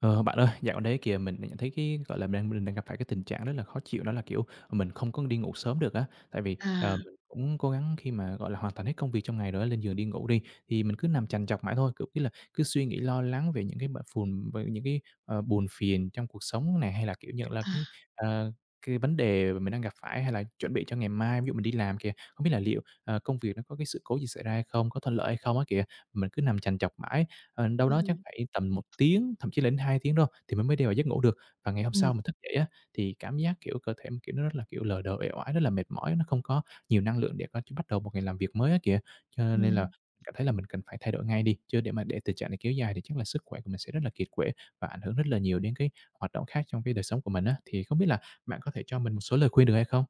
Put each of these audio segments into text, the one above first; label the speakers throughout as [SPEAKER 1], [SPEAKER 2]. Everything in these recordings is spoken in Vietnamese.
[SPEAKER 1] Ờ, Bạn ơi, dạo gần đây kìa mình nhận thấy cái, gọi là, mình đang gặp phải cái tình trạng rất là khó chịu, đó là, kiểu, mình không có đi ngủ sớm được á. Tại vì,
[SPEAKER 2] À,
[SPEAKER 1] mình cũng cố gắng khi mà, gọi là, hoàn thành hết công việc trong ngày rồi á, lên giường đi ngủ đi, thì mình cứ nằm chằn chọc mãi thôi, kiểu như là, cứ suy nghĩ lo lắng về những cái bận phùn về những cái, buồn phiền trong cuộc sống này, hay là, kiểu như là,
[SPEAKER 2] à,
[SPEAKER 1] ờ, cái vấn đề mà mình đang gặp phải hay là chuẩn bị cho ngày mai. Ví dụ mình đi làm kìa, không biết là liệu, công việc nó có cái sự cố gì xảy ra hay không, có thuận lợi hay không á kìa. Mình cứ nằm chằn chọc mãi. Đâu đó chắc
[SPEAKER 2] ừm,
[SPEAKER 1] phải tầm 1 tiếng, thậm chí là đến 2 tiếng thôi thì mình mới đi vào giấc ngủ được. Và ngày hôm sau
[SPEAKER 2] ừm,
[SPEAKER 1] mình thức dậy á, thì cảm giác, kiểu, cơ thể mình, kiểu, nó rất là, kiểu, lờ đờ, uể oải, rất là mệt mỏi, nó không có nhiều năng lượng để có bắt đầu một ngày làm việc mới á kìa. Cho nên là
[SPEAKER 2] ừm,
[SPEAKER 1] cảm thấy là mình cần phải thay đổi ngay đi, chứ để tình trạng này kéo dài thì chắc là sức khỏe của mình sẽ rất là kiệt quệ và ảnh hưởng rất là nhiều đến cái hoạt động khác trong cái đời sống của mình á. Thì không biết là bạn có thể cho mình một số lời khuyên được hay không?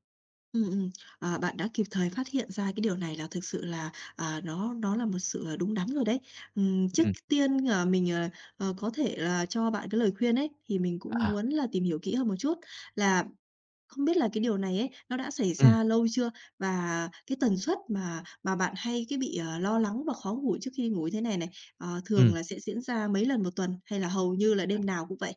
[SPEAKER 2] ừm. Bạn đã kịp thời phát hiện ra cái điều này là thực sự là, nó là một sự, đúng đắn rồi đấy. Trước
[SPEAKER 1] Ừm.
[SPEAKER 2] tiên, mình, có thể là cho bạn cái lời khuyên ấy, thì mình cũng
[SPEAKER 1] À.
[SPEAKER 2] muốn là tìm hiểu kỹ hơn một chút là không biết là cái điều này ấy, nó đã xảy
[SPEAKER 1] Ừm,
[SPEAKER 2] ra lâu chưa? Và cái tần suất mà bạn hay cái bị, lo lắng và khó ngủ trước khi ngủ thế này này,
[SPEAKER 1] ừm.
[SPEAKER 2] thường là sẽ diễn ra mấy lần một tuần hay là hầu như là đêm nào cũng vậy?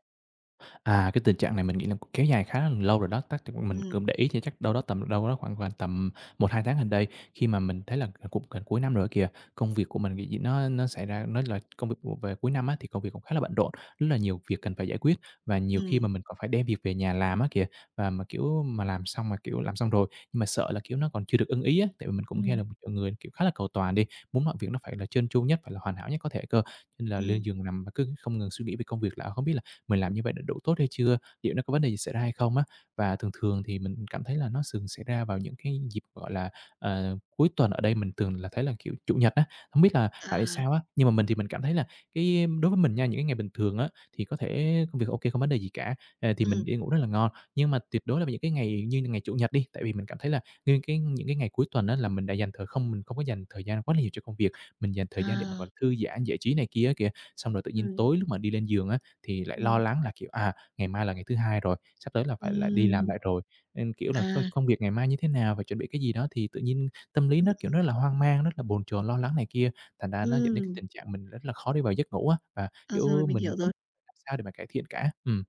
[SPEAKER 1] À, cái tình trạng này mình nghĩ là kéo dài khá là lâu rồi đó, tác chắc mình
[SPEAKER 2] Ừm,
[SPEAKER 1] cũng để ý thì chắc đâu đó tầm đâu đó khoảng khoảng tầm 1 2 tháng gần đây, khi mà mình thấy là cũng gần cuối năm rồi kìa, công việc của mình cái gì nó xảy ra, nó là công việc của về cuối năm á, thì công việc cũng khá là bận rộn, rất là nhiều việc cần phải giải quyết và nhiều khi mà
[SPEAKER 2] ừm,
[SPEAKER 1] mình còn phải đem việc về nhà làm á kìa. Và mà, kiểu, mà làm xong mà, kiểu, làm xong rồi, nhưng mà sợ là, kiểu, nó còn chưa được ưng ý á, tại vì mình cũng nghe
[SPEAKER 2] ừm,
[SPEAKER 1] là một người, kiểu, khá là cầu toàn đi, muốn mọi việc nó phải là trơn tru nhất, phải là hoàn hảo nhất có thể cơ, nên là lên
[SPEAKER 2] ừm.
[SPEAKER 1] giường nằm mà cứ không ngừng suy nghĩ về công việc là không biết là mình làm như vậy đã đủ tốt hay chưa? Liệu nó có vấn đề gì xảy ra hay không á? Và thường thường thì mình cảm thấy là nó thường xảy ra vào những cái dịp, gọi là, cuối tuần, ở đây mình thường là thấy là, kiểu, Chủ nhật á. Không biết là bạn thì
[SPEAKER 2] À,
[SPEAKER 1] sao á? Nhưng mà mình thì mình cảm thấy là cái đối với mình nha, những cái ngày bình thường á, thì có thể công việc ok không vấn đề gì cả, thì mình
[SPEAKER 2] ừm,
[SPEAKER 1] đi ngủ rất là ngon. Nhưng mà tuyệt đối là những cái ngày như ngày Chủ nhật đi, tại vì mình cảm thấy là những cái ngày cuối tuần á là mình không có dành thời gian quá là nhiều cho công việc, mình dành thời gian để mà
[SPEAKER 2] à,
[SPEAKER 1] còn thư giãn, giải trí này kia kìa. Xong rồi tự nhiên
[SPEAKER 2] ừm,
[SPEAKER 1] tối lúc mà đi lên giường á thì lại lo
[SPEAKER 2] ừm,
[SPEAKER 1] lắng là, kiểu, ngày mai là ngày thứ Hai rồi, sắp tới là phải lại đi làm
[SPEAKER 2] ừm,
[SPEAKER 1] lại rồi, nên, kiểu là,
[SPEAKER 2] à,
[SPEAKER 1] coi công việc ngày mai như thế nào, và chuẩn bị cái gì đó thì tự nhiên tâm lý
[SPEAKER 2] ừm,
[SPEAKER 1] nó, kiểu,
[SPEAKER 2] ừm,
[SPEAKER 1] rất là hoang mang, rất là bồn chồn, lo lắng này kia, thành ra nó dẫn đến cái
[SPEAKER 2] ừm.
[SPEAKER 1] tình trạng mình rất là khó đi vào giấc ngủ á, và,
[SPEAKER 2] Ờ, rồi,
[SPEAKER 1] kiểu,
[SPEAKER 2] mình
[SPEAKER 1] mình
[SPEAKER 2] hiểu
[SPEAKER 1] không
[SPEAKER 2] rồi.
[SPEAKER 1] làm sao để mà cải thiện cả.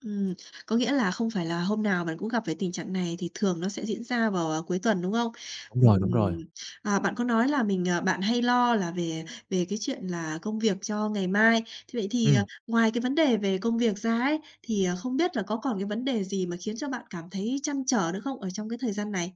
[SPEAKER 2] Ừm, có nghĩa là không phải là hôm nào bạn cũng gặp phải tình trạng này thì thường nó sẽ diễn ra vào, cuối tuần, đúng không?
[SPEAKER 1] Đúng rồi, đúng rồi.
[SPEAKER 2] Ừm, bạn có nói là mình, à bạn hay lo là về về cái chuyện là công việc cho ngày mai. Thế vậy thì,
[SPEAKER 1] Ừm.
[SPEAKER 2] ngoài cái vấn đề về công việc ra ấy, thì, không biết là có còn cái vấn đề gì mà khiến cho bạn cảm thấy trăn trở nữa không ở trong cái thời gian này?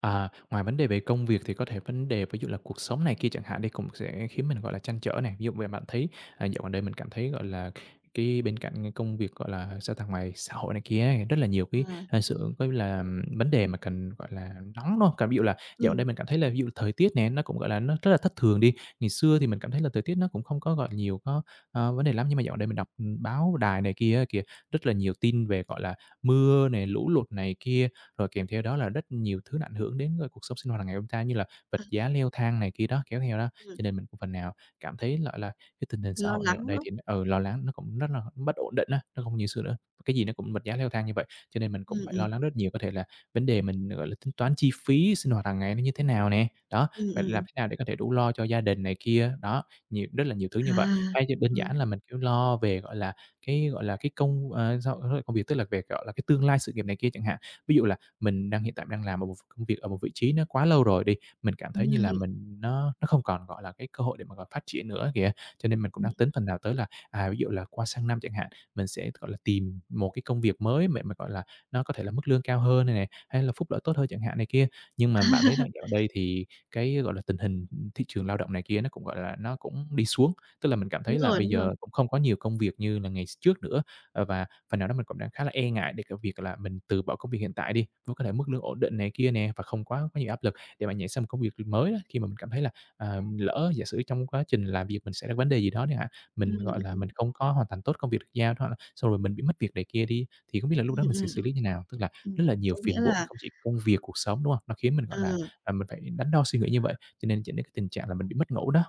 [SPEAKER 1] À, ngoài vấn đề về công việc thì có thể vấn đề ví dụ là cuộc sống này kia chẳng hạn đi cũng sẽ khiến mình, gọi là, trăn trở này. Ví dụ về bạn thấy, dạo gần đây mình cảm thấy, gọi là, cái bên cạnh cái công việc, gọi là, sao ta, ngoài xã hội này kia ấy, rất là nhiều cái,
[SPEAKER 2] Ờ,
[SPEAKER 1] sự coi là vấn đề mà cần, gọi là, nóng, đúng hông? Còn ví dụ là dạo gần
[SPEAKER 2] ừm,
[SPEAKER 1] đây mình cảm thấy là ví dụ thời tiết này nó cũng, gọi là, nó rất là thất thường đi. Ngày xưa thì mình cảm thấy là thời tiết nó cũng không có, gọi, nhiều có, vấn đề lắm, nhưng mà dạo gần đây mình đọc, báo đài này kia á kìa, rất là nhiều tin về, gọi là, mưa này, lũ lụt này kia, rồi kèm theo đó là rất nhiều thứ nó ảnh hưởng đến, cuộc sống sinh hoạt hàng ngày của chúng ta như là vật giá leo thang này kia đó, kéo theo đó.
[SPEAKER 2] ừm,
[SPEAKER 1] Cho nên mình cũng phần nào cảm thấy, gọi là, cái tình hình xã
[SPEAKER 2] lo
[SPEAKER 1] hội ngày ở
[SPEAKER 2] lắng
[SPEAKER 1] đây
[SPEAKER 2] nữa.
[SPEAKER 1] thì ở lo lắng nó cũng rất là bất ổn định á, nó không như xưa nữa, cái gì nó cũng vật giá leo thang như vậy, cho nên mình cũng
[SPEAKER 2] Ừm,
[SPEAKER 1] phải
[SPEAKER 2] ừm.
[SPEAKER 1] lo lắng rất nhiều. Có thể là vấn đề mình, gọi là, tính toán chi phí sinh hoạt hàng ngày nó như thế nào nè, đó,
[SPEAKER 2] Ừm,
[SPEAKER 1] vậy làm
[SPEAKER 2] ừm.
[SPEAKER 1] thế nào để có thể đủ lo cho gia đình này kia, đó, nhiều rất là nhiều thứ như
[SPEAKER 2] À,
[SPEAKER 1] vậy. Hay thì đơn
[SPEAKER 2] ừm,
[SPEAKER 1] giản là mình, kiểu, lo về, gọi là, cái công, ờ, sao, công việc tức là về, gọi là, cái tương lai sự nghiệp này kia chẳng hạn. Ví dụ là mình hiện tại đang làm ở một công việc ở một vị trí nó quá lâu rồi đi, mình cảm thấy như là
[SPEAKER 2] ừm,
[SPEAKER 1] mình nó không còn, gọi là, cái cơ hội để mà, gọi, phát triển nữa kìa. Cho nên mình cũng đang
[SPEAKER 2] ừm.
[SPEAKER 1] tính phần nào tới là, ví dụ là qua sang năm chẳng hạn, mình sẽ, gọi là, tìm một cái công việc mới mà, gọi là, nó có thể là mức lương cao hơn này này, hay là phúc lợi tốt hơn chẳng hạn này kia. Nhưng mà bạn thấy là dạo đây thì cái, gọi là, tình hình thị trường lao động này kia nó cũng, gọi là, nó cũng đi xuống, tức là mình cảm
[SPEAKER 2] Đúng
[SPEAKER 1] thấy là
[SPEAKER 2] rồi,
[SPEAKER 1] bây
[SPEAKER 2] đúng rồi.
[SPEAKER 1] giờ cũng không có nhiều công việc như là ngày trước nữa, và phần nào đó mình cũng đang khá là e ngại để cái việc là mình từ bỏ công việc hiện tại đi, với có thể mức lương ổn định này kia nè, và không quá quá nhiều áp lực để mà nhảy sang một công việc mới á. Khi mà mình cảm thấy là, lỡ giả sử trong quá trình làm việc mình sẽ ra vấn đề gì đó đi hả, mình,
[SPEAKER 2] Ừm,
[SPEAKER 1] gọi là,
[SPEAKER 2] ừm,
[SPEAKER 1] mình không có hoàn thành tốt công việc được giao đó, xong rồi mình bị mất việc này kia đi, thì không biết là lúc đó
[SPEAKER 2] ừm,
[SPEAKER 1] mình sẽ
[SPEAKER 2] ừm,
[SPEAKER 1] xử lý như nào? Tức là rất là nhiều
[SPEAKER 2] Có nghĩa
[SPEAKER 1] phiền muộn
[SPEAKER 2] là
[SPEAKER 1] không chỉ công việc, cuộc sống, đúng không? Nó khiến mình, gọi
[SPEAKER 2] ờ.
[SPEAKER 1] là, mình phải đắn đo suy nghĩ như vậy, cho nên dẫn đến cái tình trạng là mình bị mất ngủ đó.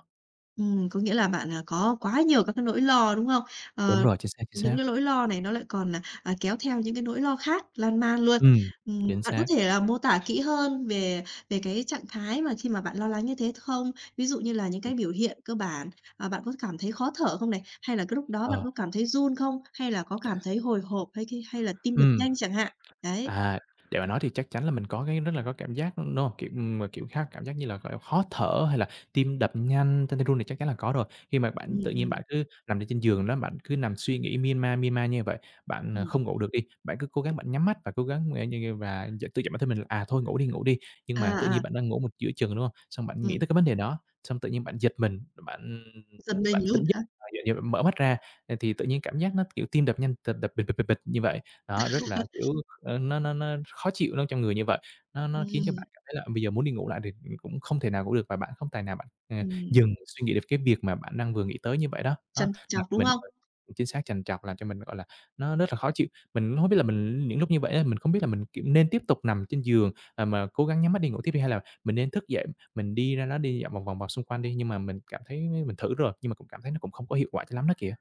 [SPEAKER 2] Có nghĩa là bạn, có quá nhiều các cái nỗi lo, đúng không?
[SPEAKER 1] Đúng
[SPEAKER 2] Ờ,
[SPEAKER 1] rồi, chính xác, chính
[SPEAKER 2] những
[SPEAKER 1] xác.
[SPEAKER 2] cái nỗi lo này nó lại còn, kéo theo những cái nỗi lo khác lan man luôn.
[SPEAKER 1] Ừm, chính
[SPEAKER 2] Bạn có
[SPEAKER 1] xác.
[SPEAKER 2] thể là mô tả kỹ hơn về về cái trạng thái mà khi mà bạn lo lắng như thế không? Ví dụ như là những
[SPEAKER 1] Ừm,
[SPEAKER 2] cái biểu hiện cơ bản, bạn có cảm thấy khó thở không này? Hay là cái lúc đó bạn
[SPEAKER 1] ờ,
[SPEAKER 2] có cảm thấy run không? Hay là có cảm thấy hồi hộp hay là tim đập
[SPEAKER 1] ừm.
[SPEAKER 2] nhanh chẳng hạn? Đấy.
[SPEAKER 1] À, để mà nói thì chắc chắn là mình có cái rất là có cảm giác, đúng hông? Kiểu, khác cảm giác như là, gọi là, khó thở hay là tim đập nhanh, chân tay run thì chắc chắn là có rồi. Khi mà bạn
[SPEAKER 2] Ừm,
[SPEAKER 1] tự nhiên
[SPEAKER 2] ừm,
[SPEAKER 1] bạn cứ nằm trên trên giường đó, bạn cứ nằm suy nghĩ mia man như vậy, bạn,
[SPEAKER 2] ừm.
[SPEAKER 1] không ngủ được đi, bạn cứ cố gắng bạn nhắm mắt và cố gắng, như như và tự dặn bản thân mình là "À, thôi ngủ đi, ngủ đi." Nhưng mà tự
[SPEAKER 2] À,
[SPEAKER 1] nhiên
[SPEAKER 2] à,
[SPEAKER 1] bạn đang ngủ một giữa chừng, đúng không? Xong bạn nghĩ
[SPEAKER 2] ừm,
[SPEAKER 1] tới cái vấn đề đó, xong tự nhiên bạn giật mình, bạn
[SPEAKER 2] giật
[SPEAKER 1] bạn
[SPEAKER 2] mình
[SPEAKER 1] tỉnh
[SPEAKER 2] luôn
[SPEAKER 1] giấc,
[SPEAKER 2] hả?
[SPEAKER 1] dạng như bạn mở mắt ra, thì tự nhiên cảm giác nó, kiểu, tim đập nhanh, đập đập bịch, bịch, bịch, bịch như vậy. Đó, rất là, kiểu Ờ, nó khó chịu nó trong người như vậy, nó khiến cho
[SPEAKER 2] Ừm,
[SPEAKER 1] bạn cảm thấy là bây giờ muốn đi ngủ lại thì cũng không thể nào ngủ được và bạn không tài nào bạn
[SPEAKER 2] ừm,
[SPEAKER 1] dừng suy nghĩ được cái việc mà bạn đang vừa nghĩ tới như vậy đó. Đó,
[SPEAKER 2] trằn
[SPEAKER 1] làm
[SPEAKER 2] trọc,
[SPEAKER 1] cho
[SPEAKER 2] đúng
[SPEAKER 1] mình,
[SPEAKER 2] không?
[SPEAKER 1] ờ, chính xác, trằn trọc, làm cho mình, gọi là, nó rất là khó chịu. Mình không biết là mình những lúc như vậy á, mình không biết là mình, kiểu, nên tiếp tục nằm trên giường, à, mà cố gắng nhắm mắt đi ngủ tiếp đi hay là mình nên thức dậy, mình đi ra đó đi dạo vòng vòng vòng xung quanh đi, nhưng mà mình cảm thấy mình thử rồi, nhưng mà cũng cảm thấy nó cũng không có hiệu quả cho lắm đó kìa.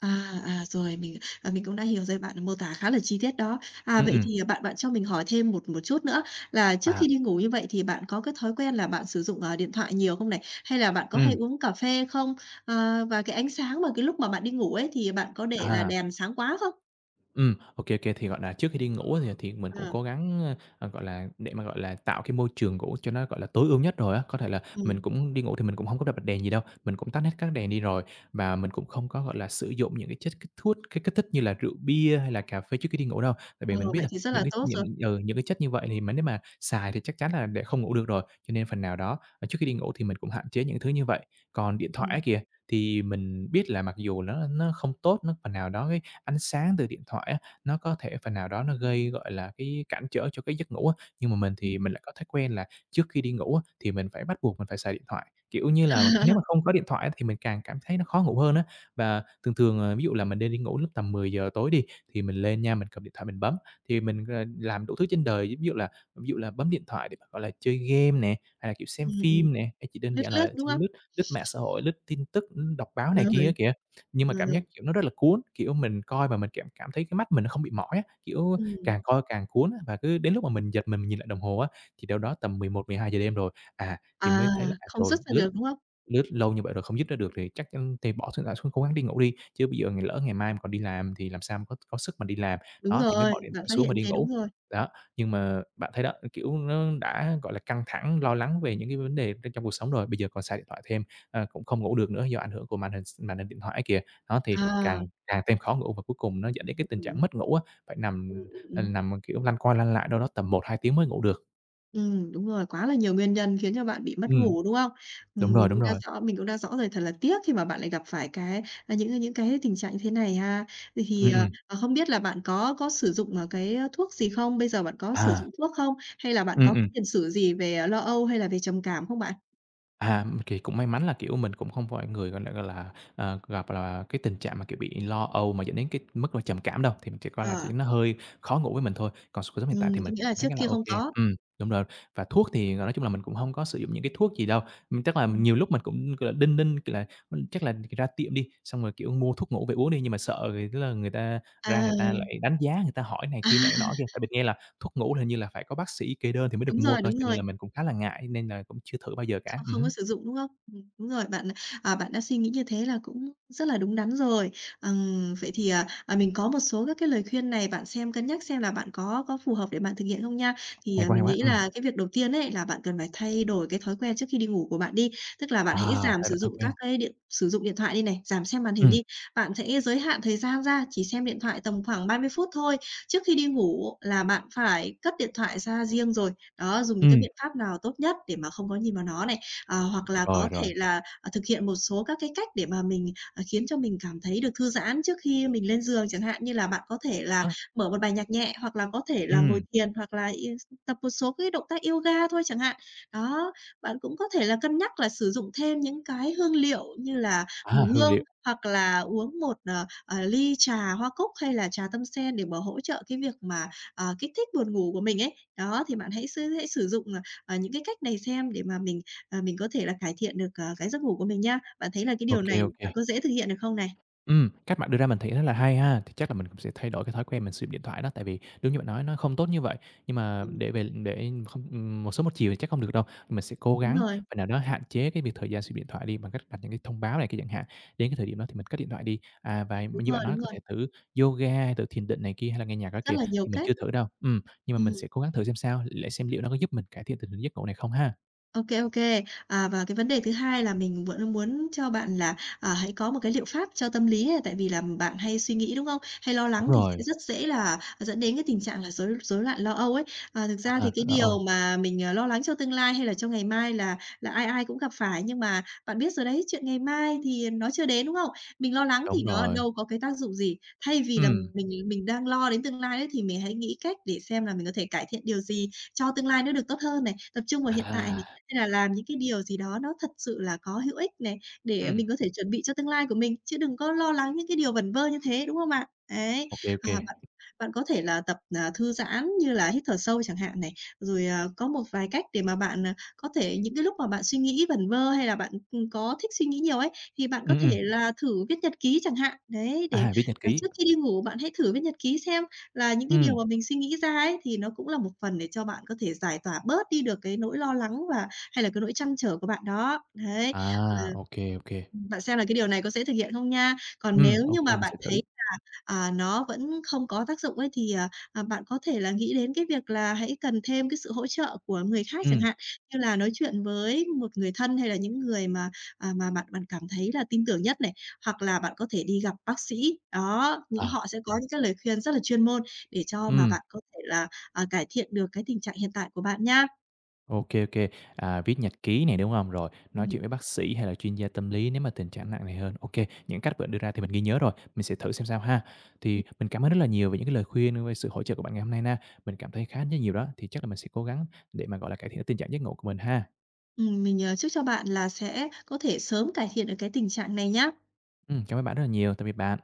[SPEAKER 2] À, rồi, mình cũng đã hiểu rồi, bạn mô tả khá là chi tiết đó. À,
[SPEAKER 1] Ừ,
[SPEAKER 2] vậy
[SPEAKER 1] ừ.
[SPEAKER 2] thì bạn bạn cho mình hỏi thêm một một chút nữa là trước
[SPEAKER 1] À,
[SPEAKER 2] khi đi ngủ như vậy thì bạn có cái thói quen là bạn sử dụng, điện thoại nhiều không này? Hay là bạn có
[SPEAKER 1] ừ,
[SPEAKER 2] hay uống cà phê không? Và cái ánh sáng mà cái lúc mà bạn đi ngủ ấy thì bạn có để là
[SPEAKER 1] à.
[SPEAKER 2] đèn sáng quá không?
[SPEAKER 1] Ô kê. Thì, gọi là, trước khi đi ngủ á thì mình cũng
[SPEAKER 2] à
[SPEAKER 1] cố gắng, gọi là, để mà, gọi là, tạo cái môi trường ngủ cho nó, gọi là, tối ưu nhất rồi á. Có thể là mình
[SPEAKER 2] ừm,
[SPEAKER 1] cũng đi ngủ thì mình cũng hông có bật bật đèn gì đâu, mình cũng tắt hết các đèn đi rồi và mình cũng không có, gọi là, sử dụng những cái chất kích thuốc cái kích thích như là rượu bia hay là cà phê trước khi đi ngủ đâu. Tại vì
[SPEAKER 2] ờ,
[SPEAKER 1] mình biết
[SPEAKER 2] vậy
[SPEAKER 1] là
[SPEAKER 2] thì rất
[SPEAKER 1] những
[SPEAKER 2] là
[SPEAKER 1] cái
[SPEAKER 2] tốt
[SPEAKER 1] những
[SPEAKER 2] rồi.
[SPEAKER 1] ừ, những cái chất như vậy thì mà nếu mà xài thì chắc chắn là để không ngủ được rồi, cho nên phần nào đó, trước khi đi ngủ thì mình cũng hạn chế những thứ như vậy. Còn điện thoại á
[SPEAKER 2] Ừm,
[SPEAKER 1] kìa, thì mình biết là mặc dù nó không tốt, nó phần nào đó cái ánh sáng từ điện thoại á, nó có thể phần nào đó nó gây, gọi là, cái cản trở cho cái giấc ngủ á. Nhưng mà mình
[SPEAKER 2] ừm, ừm,
[SPEAKER 1] thì mình lại có thói quen là trước khi đi ngủ á, thì mình phải bắt buộc mình phải xài điện thoại, kiểu như là,
[SPEAKER 2] ừm,
[SPEAKER 1] nếu mà không có điện thoại á, thì mình càng cảm thấy nó khó ngủ hơn á. Và thường thường, ví dụ là mình nên đi ngủ lúc tầm 10 giờ tối đi, thì mình lên nha, mình cầm điện thoại mình bấm, thì mình, làm đủ thứ trên đời, ví dụ là bấm điện thoại để mà, gọi là, chơi game nè, hay là, kiểu, xem phim nè, hay chỉ đơn
[SPEAKER 2] lướt
[SPEAKER 1] giản là
[SPEAKER 2] lướt, đúng không?
[SPEAKER 1] lướt lướt mạng xã hội, lướt tin tức, đọc báo này kia á
[SPEAKER 2] Rồi,
[SPEAKER 1] kìa. Nhưng mà
[SPEAKER 2] rồi,
[SPEAKER 1] cảm giác,
[SPEAKER 2] rồi,
[SPEAKER 1] kiểu, nó rất là cuốn, kiểu, mình coi mà mình cảm cảm thấy cái mắt mình nó không bị mỏi á, kiểu, càng
[SPEAKER 2] ừm.
[SPEAKER 1] coi càng cuốn á, và cứ đến lúc mà mình giật mình nhìn lại đồng hồ á, thì đâu đó tầm 11:00 giờ đêm rồi, à, thì mới
[SPEAKER 2] À,
[SPEAKER 1] thấy là, à,
[SPEAKER 2] không
[SPEAKER 1] trời,
[SPEAKER 2] xuất ra
[SPEAKER 1] lướt
[SPEAKER 2] được, đúng không?
[SPEAKER 1] lướt lâu như vậy rồi không dứt ra được thì chắc, thì bỏ điện thoại xuống cố gắng đi ngủ đi, chứ bây giờ ngày lỡ ngày mai mà còn đi làm thì làm sao mà có sức mà đi làm.
[SPEAKER 2] Đúng
[SPEAKER 1] Đó, thì mới
[SPEAKER 2] rồi,
[SPEAKER 1] bỏ điện
[SPEAKER 2] bạn
[SPEAKER 1] thoại
[SPEAKER 2] phát
[SPEAKER 1] xuống mà
[SPEAKER 2] hiện
[SPEAKER 1] đi
[SPEAKER 2] thế,
[SPEAKER 1] ngủ.
[SPEAKER 2] đúng rồi.
[SPEAKER 1] Đó, nhưng mà bạn thấy đó, kiểu, nó đã, gọi là, căng thẳng, lo lắng về những cái vấn đề trong cuộc sống rồi, bây giờ còn xài điện thoại thêm, à, cũng không ngủ được nữa do ảnh hưởng của màn hình điện thoại kìa. Đó, thì
[SPEAKER 2] À,
[SPEAKER 1] càng càng thêm khó ngủ và cuối cùng nó dẫn đến cái tình trạng
[SPEAKER 2] ừm,
[SPEAKER 1] mất ngủ á, phải
[SPEAKER 2] ừm,
[SPEAKER 1] nằm, ờ,
[SPEAKER 2] ừm.
[SPEAKER 1] nằm, kiểu, lăn qua lăn lại đâu đó tầm 1 2 tiếng mới ngủ được.
[SPEAKER 2] Đúng rồi, quá là nhiều nguyên nhân khiến cho bạn bị mất
[SPEAKER 1] Ừm,
[SPEAKER 2] ngủ, đúng không?
[SPEAKER 1] đúng rồi,
[SPEAKER 2] Mình
[SPEAKER 1] đúng
[SPEAKER 2] cũng đã
[SPEAKER 1] rồi.
[SPEAKER 2] rõ mình cũng đã rõ rồi, thật là tiếc khi mà bạn lại gặp phải cái, những cái tình trạng như thế này ha. Vậy thì,
[SPEAKER 1] Ừm, ừm.
[SPEAKER 2] không biết là bạn có sử dụng, cái, thuốc gì không? Bây giờ bạn có sử
[SPEAKER 1] À,
[SPEAKER 2] dụng thuốc không? Hay là bạn có cái
[SPEAKER 1] ừm.
[SPEAKER 2] tiền sử gì về, lo âu hay là về trầm cảm không bạn?
[SPEAKER 1] À, thì cũng may mắn là, kiểu, mình cũng không phải người, gọi là, gặp là cái tình trạng mà, kiểu, bị lo âu mà dẫn đến cái mức là trầm cảm đâu, thì mình chỉ coi là chỉ
[SPEAKER 2] Ờ.
[SPEAKER 1] nó hơi khó ngủ với mình thôi, còn cuộc sống hiện tại thì mình
[SPEAKER 2] Có nghĩa
[SPEAKER 1] cũng
[SPEAKER 2] là
[SPEAKER 1] cảm thấy
[SPEAKER 2] trước
[SPEAKER 1] khá là
[SPEAKER 2] kia
[SPEAKER 1] ô
[SPEAKER 2] không
[SPEAKER 1] kê.
[SPEAKER 2] có.
[SPEAKER 1] Đúng rồi, và thuốc thì, nói chung là mình cũng hông có sử dụng những cái thuốc gì đâu, chắc là
[SPEAKER 2] Ừm.
[SPEAKER 1] nhiều lúc mình cũng, gọi là, đinh ninh, kiểu là, chắc là ra tiệm đi, xong rồi, kiểu, mua thuốc ngủ về uống đi, nhưng mà sợ thì tức là người ta ra người ta lại
[SPEAKER 2] À,
[SPEAKER 1] đánh giá, người ta hỏi này
[SPEAKER 2] à,
[SPEAKER 1] kia nọ nọ kia, tại mình nghe là thuốc ngủ là hình như là phải có bác sĩ kê đơn thì mới được
[SPEAKER 2] đúng
[SPEAKER 1] mua
[SPEAKER 2] rồi,
[SPEAKER 1] cơ,
[SPEAKER 2] đúng
[SPEAKER 1] cho nên
[SPEAKER 2] rồi.
[SPEAKER 1] là mình cũng khá là ngại nên là cũng chưa thử bao giờ cả.
[SPEAKER 2] Không, không có
[SPEAKER 1] Hứm.
[SPEAKER 2] sử dụng, đúng không? Đúng rồi, bạn đã suy nghĩ như thế là cũng rất là đúng đắn rồi. Vậy thì, mình có một số các cái lời khuyên này bạn xem cân nhắc xem là bạn có phù hợp để bạn thực hiện không nha. Thì,
[SPEAKER 1] Hay
[SPEAKER 2] mình
[SPEAKER 1] quá,
[SPEAKER 2] nghĩ là cái việc đầu tiên ấy là bạn cần phải thay đổi cái thói quen trước khi đi ngủ của bạn đi, tức là bạn hãy
[SPEAKER 1] à,
[SPEAKER 2] giảm
[SPEAKER 1] thay đổi
[SPEAKER 2] sử
[SPEAKER 1] thói
[SPEAKER 2] dụng
[SPEAKER 1] quen.
[SPEAKER 2] các cái điện sử dụng điện thoại đi này, giảm xem màn hình
[SPEAKER 1] Ừm,
[SPEAKER 2] đi. Bạn sẽ giới hạn thời gian ra, chỉ xem điện thoại tầm khoảng 30 phút thôi. Trước khi đi ngủ là bạn phải cất điện thoại ra riêng rồi, đó, dùng những cái
[SPEAKER 1] ừm,
[SPEAKER 2] biện pháp nào tốt nhất để mà không có nhìn vào nó này hoặc là
[SPEAKER 1] rồi,
[SPEAKER 2] có
[SPEAKER 1] rồi.
[SPEAKER 2] thể là, thực hiện một số các cái cách để mà mình, khiến cho mình cảm thấy được thư giãn trước khi mình lên giường, chẳng hạn như là bạn có thể là
[SPEAKER 1] Á,
[SPEAKER 2] mở một bài nhạc nhẹ, hoặc là có thể là ngồi
[SPEAKER 1] ừm,
[SPEAKER 2] thiền, hoặc là tập một số cái động tác yoga thôi chẳng hạn. Đó, bạn cũng có thể là cân nhắc là sử dụng thêm những cái hương liệu như là
[SPEAKER 1] à,
[SPEAKER 2] mùi
[SPEAKER 1] hương liệu,
[SPEAKER 2] hương, hoặc là uống một ly trà hoa cúc hay là trà tâm sen để mà hỗ trợ cái việc mà, kích thích buồn ngủ của mình ấy. Đó, thì bạn hãy hãy sử dụng, những cái cách này xem để mà mình có thể là cải thiện được, cái giấc ngủ của mình nhá. Bạn thấy là cái
[SPEAKER 1] ô
[SPEAKER 2] điều
[SPEAKER 1] kê,
[SPEAKER 2] này
[SPEAKER 1] ô kê.
[SPEAKER 2] bạn có dễ thực hiện được không này?
[SPEAKER 1] Cách bạn đưa ra mình thấy rất là hay ha. Thì chắc là mình cũng sẽ thay đổi cái thói quen mình sử dụng điện thoại đó, tại vì đúng như bạn nói nó không tốt như vậy, nhưng mà
[SPEAKER 2] Ừm,
[SPEAKER 1] để về để không một sớm một chiều thì chắc không được đâu. Mình sẽ cố
[SPEAKER 2] đúng
[SPEAKER 1] gắng
[SPEAKER 2] rồi,
[SPEAKER 1] phần nào đó hạn chế cái việc thời gian sử dụng điện thoại đi bằng cách đặt những cái thông báo này cái chẳng hạn. Đến cái thời điểm đó thì mình cất điện thoại đi. À, và
[SPEAKER 2] đúng
[SPEAKER 1] như
[SPEAKER 2] rồi,
[SPEAKER 1] bạn nói
[SPEAKER 2] đúng
[SPEAKER 1] có
[SPEAKER 2] rồi,
[SPEAKER 1] thể thử yoga hay thử thiền định này kia hay là nghe nhạc đó
[SPEAKER 2] rất
[SPEAKER 1] kìa,
[SPEAKER 2] là nhiều
[SPEAKER 1] thì mình
[SPEAKER 2] cách.
[SPEAKER 1] chưa thử đâu. Nhưng mà mình
[SPEAKER 2] Ừm.
[SPEAKER 1] sẽ cố gắng thử xem sao, lại xem liệu nó có giúp mình cải thiện tình hình giấc ngủ này không ha.
[SPEAKER 2] OK, OK. Và cái vấn đề thứ hai là mình vẫn muốn cho bạn là, hãy có một cái liệu pháp cho tâm lý ấy, tại vì là bạn hay suy nghĩ, đúng không? Hay lo
[SPEAKER 1] Đúng
[SPEAKER 2] lắng thì
[SPEAKER 1] rồi,
[SPEAKER 2] sẽ rất dễ là dẫn đến cái tình trạng là rối rối loạn lo âu ấy. Thực
[SPEAKER 1] à,
[SPEAKER 2] ra thì
[SPEAKER 1] rất
[SPEAKER 2] cái
[SPEAKER 1] là
[SPEAKER 2] điều
[SPEAKER 1] âu
[SPEAKER 2] mà mình, lo lắng cho tương lai hay là cho ngày mai là ai ai cũng gặp phải, nhưng mà bạn biết rồi đấy, chuyện ngày mai thì nó chưa đến, đúng không? Mình lo lắng
[SPEAKER 1] đúng
[SPEAKER 2] thì nó
[SPEAKER 1] rồi.
[SPEAKER 2] đâu có cái tác dụng gì. Thay vì là
[SPEAKER 1] Ừm.
[SPEAKER 2] mình đang lo đến tương lai đấy, thì mình hãy nghĩ cách để xem là mình có thể cải thiện điều gì cho tương lai nó được tốt hơn này, tập trung vào hiện tại
[SPEAKER 1] À,
[SPEAKER 2] hay là làm những cái điều gì đó nó thật sự là có hữu ích này, để
[SPEAKER 1] ừm,
[SPEAKER 2] mình có thể chuẩn bị cho tương lai của mình, chứ đừng có lo lắng những cái điều vẩn vơ như thế, đúng không ạ? Đấy,
[SPEAKER 1] ô kê.
[SPEAKER 2] bạn bạn có thể là tập, thư giãn như là hít thở sâu chẳng hạn này, rồi, có một vài cách để mà bạn, có thể những cái lúc mà bạn suy nghĩ vẩn vơ hay là bạn, có thích suy nghĩ nhiều ấy, thì bạn có
[SPEAKER 1] Ừm, ừm.
[SPEAKER 2] thể là thử viết nhật ký chẳng hạn. Đấy, để,
[SPEAKER 1] À, viết nhật ký.
[SPEAKER 2] trước khi đi ngủ bạn hãy thử viết nhật ký xem là những cái
[SPEAKER 1] Ừm,
[SPEAKER 2] điều mà mình suy nghĩ ra ấy, thì nó cũng là một phần để cho bạn có thể giải tỏa bớt đi được cái nỗi lo lắng và hay là cái nỗi trăn trở của bạn đó. Đấy,
[SPEAKER 1] à,
[SPEAKER 2] ờ,
[SPEAKER 1] ô kê, ô kê.
[SPEAKER 2] bạn xem là cái điều này có dễ thực hiện không nha. Còn nếu
[SPEAKER 1] Ô
[SPEAKER 2] như
[SPEAKER 1] kê,
[SPEAKER 2] mà
[SPEAKER 1] mình
[SPEAKER 2] bạn
[SPEAKER 1] sẽ thử.
[SPEAKER 2] thấy, nó vẫn không có tác dụng ấy thì, bạn có thể là nghĩ đến cái việc là hãy cần thêm cái sự hỗ trợ của người khác chẳng
[SPEAKER 1] Ừm,
[SPEAKER 2] hạn, như là nói chuyện với một người thân hay là những người mà, bạn bạn cảm thấy là tin tưởng nhất này, hoặc là bạn có thể đi gặp bác sĩ. Đó, những
[SPEAKER 1] à,
[SPEAKER 2] họ sẽ có những cái lời khuyên rất là chuyên môn để cho mà
[SPEAKER 1] ừm,
[SPEAKER 2] bạn có thể là, cải thiện được cái tình trạng hiện tại của bạn nha.
[SPEAKER 1] ô kê, ô kê. À, viết nhật ký này, đúng hông? Rồi nói
[SPEAKER 2] Ừm.
[SPEAKER 1] chuyện với bác sĩ hay là chuyên gia tâm lý nếu mà tình trạng nặng nề hơn. Ô kê, những cách bạn đưa ra thì mình ghi nhớ rồi, mình sẽ thử xem sao ha. Thì mình cảm ơn rất là nhiều về những cái lời khuyên với sự hỗ trợ của bạn ngày hôm nay na. Mình cảm thấy khá rất nhiều đó, thì chắc là mình sẽ cố gắng để mà, gọi là, cải thiện cái tình trạng giấc ngủ của mình ha.
[SPEAKER 2] Mình, chúc cho bạn là sẽ có thể sớm cải thiện được cái tình trạng này nhá.
[SPEAKER 1] Cảm ơn bạn rất là nhiều. Tạm biệt bạn.